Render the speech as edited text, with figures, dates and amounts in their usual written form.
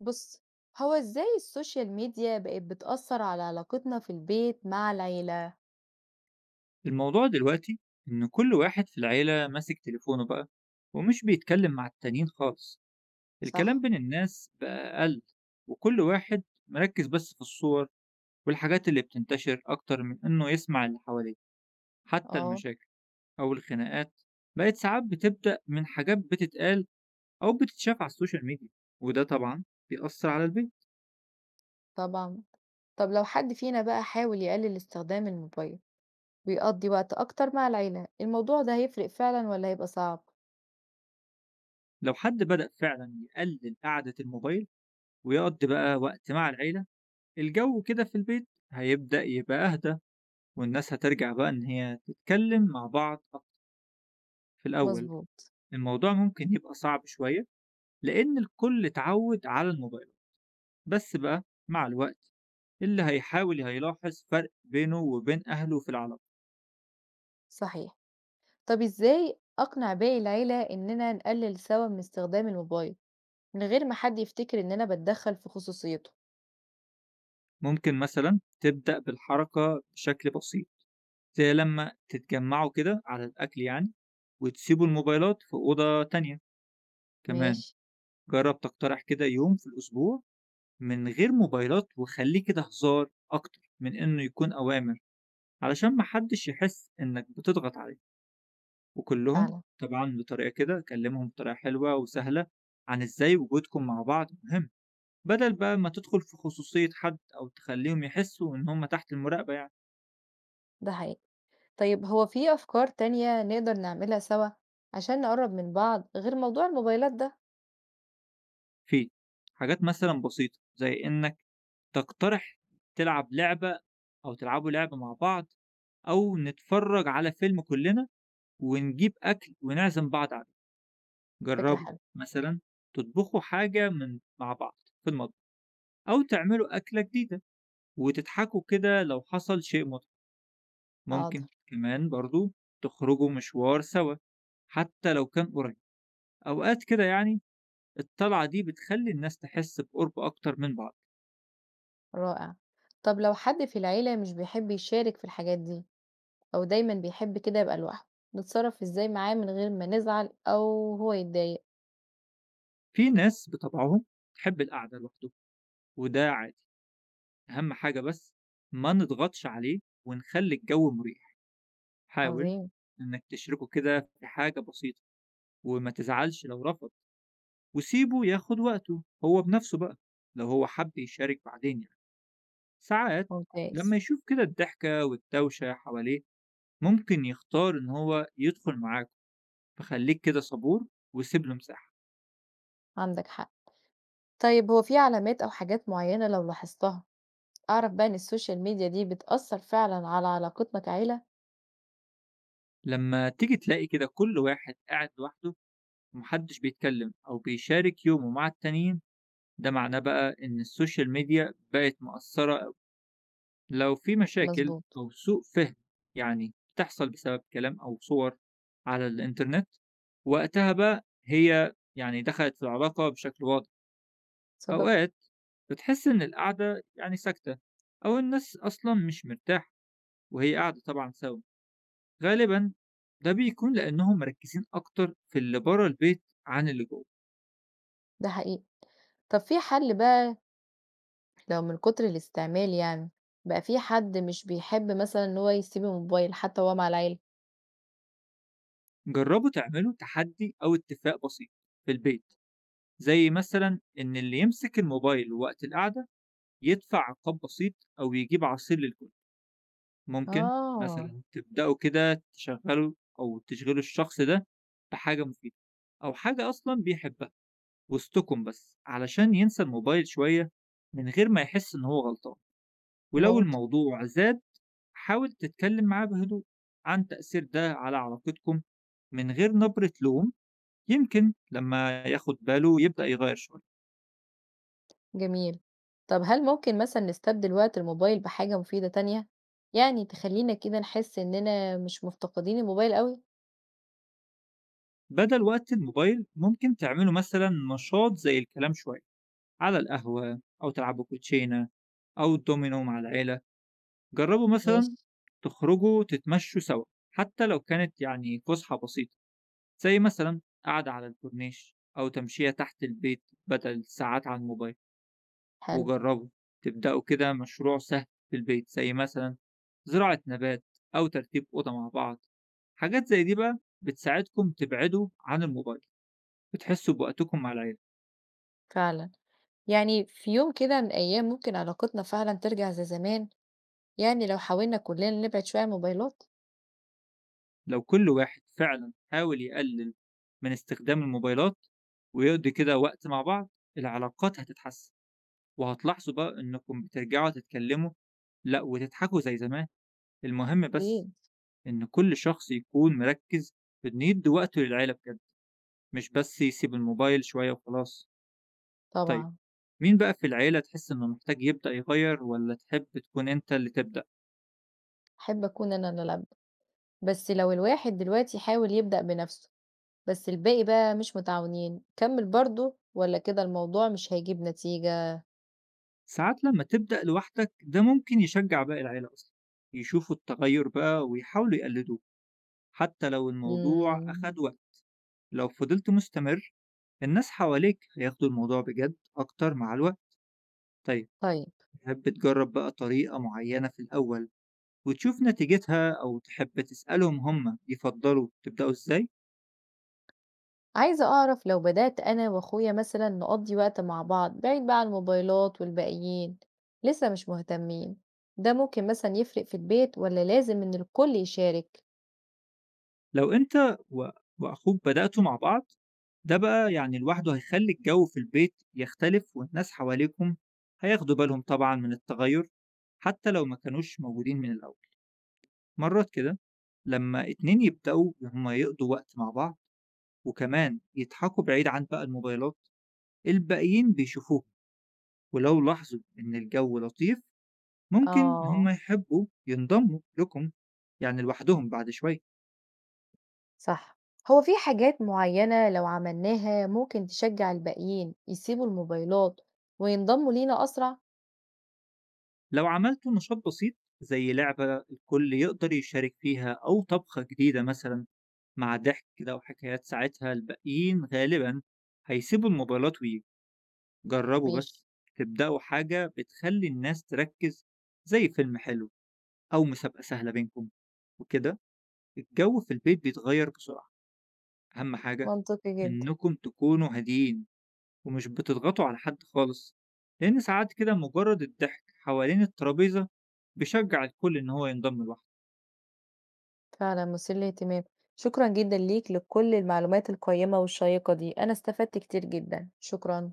بُص، هو إزاي السوشيال ميديا بقت بتأثّر على علاقتنا في البيت مع العيلة، الموضوع دلوقتي إن كل واحد في العيلة ماسك تليفونه بقى، ومش بيتكلم مع التانيين خالص. الكلام صح؟ بين الناس بقى أقل، وكل واحد مركز بس في الصور والحاجات اللي بتنتشر، أكتر من إنه يسمع اللي حواليه. حتى آه، المشاكل أو الخناقات بقت ساعات بتبدأ من حاجات بتتقال أو بتتشاف على السوشيال ميديا، وده طبعا بيأثر على البيت. طبعًا. طب لو حد فينا بقى حاول يقلل استخدام الموبايل ويقضّي وقت أكتر مع العيلة، الموضوع ده هيفرق فعلًا والّا هيبقى صعب؟ لو حد بدأ فعلا يقلل قعدة الموبايل ويقضي بقى وقت مع العيلة، الجو كده في البيت هيبدأ يبقى أهدى، والناس هترجع بقى إن هي تتكلم مع بعض أكتر. في الأول مضبوط، الموضوع ممكن يبقى صعب شوية، لأن الكل اتعود على الموبايل، بس بقى مع الوقت اللي هيحاول هيلاحظ فرق بينه وبين أهله في العلاقة. صحيح. طب إزاي أقنع باقي العيلة إننا نقلل سوا من استخدام الموبايل، من غير ما حد يفتكر إن أنا باتدخّل في خصوصيته؟ ممكن مثلا تبدأ بالحركة بشكل بسيط، زي لما تتجمعوا كده على الأكل يعني، وتسيبوا الموبايلات في أوضة تانية. كمان ماشي، جرب تقترح كده يوم في الأسبوع من غير موبايلات، وخليه كده هزار أكتر من إنه يكون أوامر، علشان ما حدش يحس إنك بتضغط عليه، وكلّهم فعلًا، طبعًا بطريقة كده كلّمهم بطريقة حلوة وسهلة عن إزاي وجودكم مع بعض مهم، بدل بقى ما تدخل في خصوصية حد أو تخلّيهم يحسّوا إن هم تحت المراقبة يعني. ده حقيقي. طيب هو في أفكار تانية نقدر نعملها سوا عشان نقرب من بعض غير موضوع الموبايلات ده؟ في حاجات مثلًا بسيطة زي إنك تقترح تلعب لعبة، أو تلعبوا لعبة مع بعض، أو نتفرّج على فيلم كلّنا ونجيب أكل ونعزم بعض عليه، فكرة جرّبوا حلوة. مثلًا تطبخوا حاجة من مع بعض في المطبخ. أو تعملوا أكلة جديدة وتضحكوا كده لو حصل شيء مضحك. حاضر. ممكن كمان برضو تخرجوا مشوار سوا، حتى لو كان قريب. أوقات كده يعني الطلعة دي بتخلي الناس تحس بقرب أكتر من بعض. رائع. طب لو حد في العيلة مش بيحب يشارك في الحاجات دي أو دايما بيحب كده يبقى لوحده، نتصرف إزاي معاه من غير ما نزعل أو هو يتضايق؟ في ناس بطبعهم تحب القعدة لوحده، وده عادي. أهم حاجة بس ما نضغطش عليه، ونخلي الجو مريح. حاول عظيم. إنك تشركه كده في حاجة بسيطة، وما تزعلش لو رفض، وسيبه ياخد وقته هو بنفسه بقى، لو هو حب يشارك بعدين يعني. ساعات لما ممتاز. يشوف كده الضحكة والدوشة حواليه، ممكن يختار إن هو يدخل معاكم، فخليك كده صبور وسيب له مساحة. عندك حق. طيب هو في علامات أو حاجات معينة لو لاحظتها أعرف بقى إن السوشيال ميديا دي بتأثر فعلا على علاقتنا كعيلة؟ لما تيجي تلاقي كده كل واحد قاعد لوحده، ومحدش بيتكلم أو بيشارك يومه مع التانيين، ده معناه بقى إن السوشيال ميديا بقت مؤثرة أوي. لو في مشاكل مظبوط. أو سوء فهم يعني بتحصل بسبب كلام أو صور على الإنترنت، وقتها بقى هي يعني دخلت في العلاقة بشكل واضح. صدق. أوقات بتحس إن القعدة يعني ساكتة، أو الناس أصلا مش مرتاحة وهي قاعدة طبعا سوا، غالبا ده بيكون لأنهم مركزين أكتر في اللي بره البيت عن اللي جوه. ده حقيقي. طب في حل بقى لو من كتر الاستعمال يعني بقى في حد مش بيحب مثلًا إن هو يسيب الموبايل حتى وهو مع العيلة؟ جربوا تعملوا تحدي أو اتفاق بسيط في البيت، زي مثلا إن اللي يمسك الموبايل وقت القعدة يدفع عقاب بسيط، أو يجيب عصير للكل. ممكن آه، مثلا تبدأوا كده تشغلوا أو تشغلوا الشخص ده بحاجة مفيدة، أو حاجة أصلا بيحبها وسطكم، بس علشان ينسى الموبايل شوية، من غير ما يحس إن هو غلطان. ولو ممكن، الموضوع زاد حاول تتكلم معاه بهدوء عن تأثير ده على علاقتكم، من غير نبرة لوم. يمكن لما ياخد باله يبدأ يغير شوية. جميل. طب هل ممكن مثلًا نستبدل وقت الموبايل بحاجة مفيدة تانية؟ يعني تخلّينا كده نحس إننا مش مفتقدين الموبايل أوي؟ بدل وقت الموبايل ممكن تعملوا مثلا نشاط زي الكلام شوية على القهوة، أو تلعبوا كوتشينة أو دومينو مع العيلة. جربوا ماشي، مثلا تخرجوا تتمشوا سوا، حتى لو كانت يعني فسحة بسيطة، زي مثلًا قعدة على الكورنيش أو تمشية تحت البيت بدل الساعات على الموبايل، حلو، وجرّبوا تبدأوا كده مشروع سهل في البيت، زي مثلًا زراعة نبات أو ترتيب أوضة مع بعض، حاجات زي دي بقى بتساعدكم تبعدوا عن الموبايل، وتحسوا بوقتكم مع العيلة. فعلًا. يعني في يوم كده من الأيام ممكن علاقتنا فعلًا ترجع زي زمان، يعني لو حاولنا كلنا نبعد شوية عن الموبايلات؟ لو كل واحد فعلًا حاول يقلل من استخدام الموبايلات ويقضي كده وقت مع بعض، العلاقات هتتحسن، وهتلاحظوا بقى إنكم بترجعوا تتكلموا لأ وتضحكوا زي زمان. المهم بس أكيد، إن كل شخص يكون مركز في إنه يدي وقته للعيلة بجد، مش بس يسيب الموبايل شوية وخلاص. طيب طبعًا. مين بقى في العيلة تحس إنه محتاج يبدأ يغير، ولا تحب تكون أنت اللي تبدأ؟ أحب أكون أنا الأب. بس لو الواحد دلوقتي حاول يبدأ بنفسه بس الباقي بقى مش متعاونين، كمّل برضه والّا كده الموضوع مش هيجيب نتيجة؟ ساعات لما تبدأ لوحدك ده ممكن يشجع باقي العيلة أصلا، يشوفوا التغير بقى ويحاولوا يقلدوه. حتى لو الموضوع إمم، أخد وقت، لو فضلت مستمر الناس حواليك هياخدوا الموضوع بجد أكتر مع الوقت. طيب طيب، تحب تجرب بقى طريقة معينة في الأول وتشوف نتيجتها، أو تحب تسألهم هم يفضلوا تبدأوا إزاي؟ عايزة أعرف لو بدأت أنا وأخويا مثلًا نقضّي وقت مع بعض بعيد بقى عن الموبايلات والباقيين، لسه مش مهتمين، ده ممكن مثلًا يفرق في البيت والّا لازم إن الكل يشارك؟ لو أنت وأخوك بدأتوا مع بعض، ده بقى يعني لوحده هيخلي الجو في البيت يختلف، والناس حواليكم هياخدوا بالهم طبعا من التغير، حتى لو ما كانوش موجودين من الأول. مرات كده لما اتنين يبدأوا هما يقضوا وقت مع بعض، وكمان يضحكوا بعيد عن بقى الموبايلات، الباقيين بيشوفوهم، ولو لاحظوا إن الجو لطيف ممكن آه، هم يحبوا ينضموا لكم، يعني لوحدهم بعد شوية. صح، هو في حاجات معيّنة لو عملناها ممكن تشجّع الباقيين يسيبوا الموبايلات وينضموا لينا أسرع؟ لو عملتوا نشاط بسيط زي لعبة الكل يقدر يشارك فيها، أو طبخة جديدة مثلا، مع ضحك كده وحكايات، ساعتها الباقيين غالبا هيسيبوا الموبايلات ويجربوا. ماشي، بس تبدأوا حاجة بتخلي الناس تركز، زي فيلم حلو أو مسابقة سهلة بينكم، وكده الجو في البيت بيتغير بسرعة. أهم حاجة منطقي جدًا. إنكم تكونوا هاديين، ومش بتضغطوا على حد خالص، لأن ساعات كده مجرد الضحك حوالين الترابيزة بيشجع الكل إن هو ينضم لوحده. فعلًا مثير للاهتمام. شكرًا جدًا ليك لكل المعلومات القيّمة والشيّقة دي، أنا استفدت كتير جدًا. شكرًا.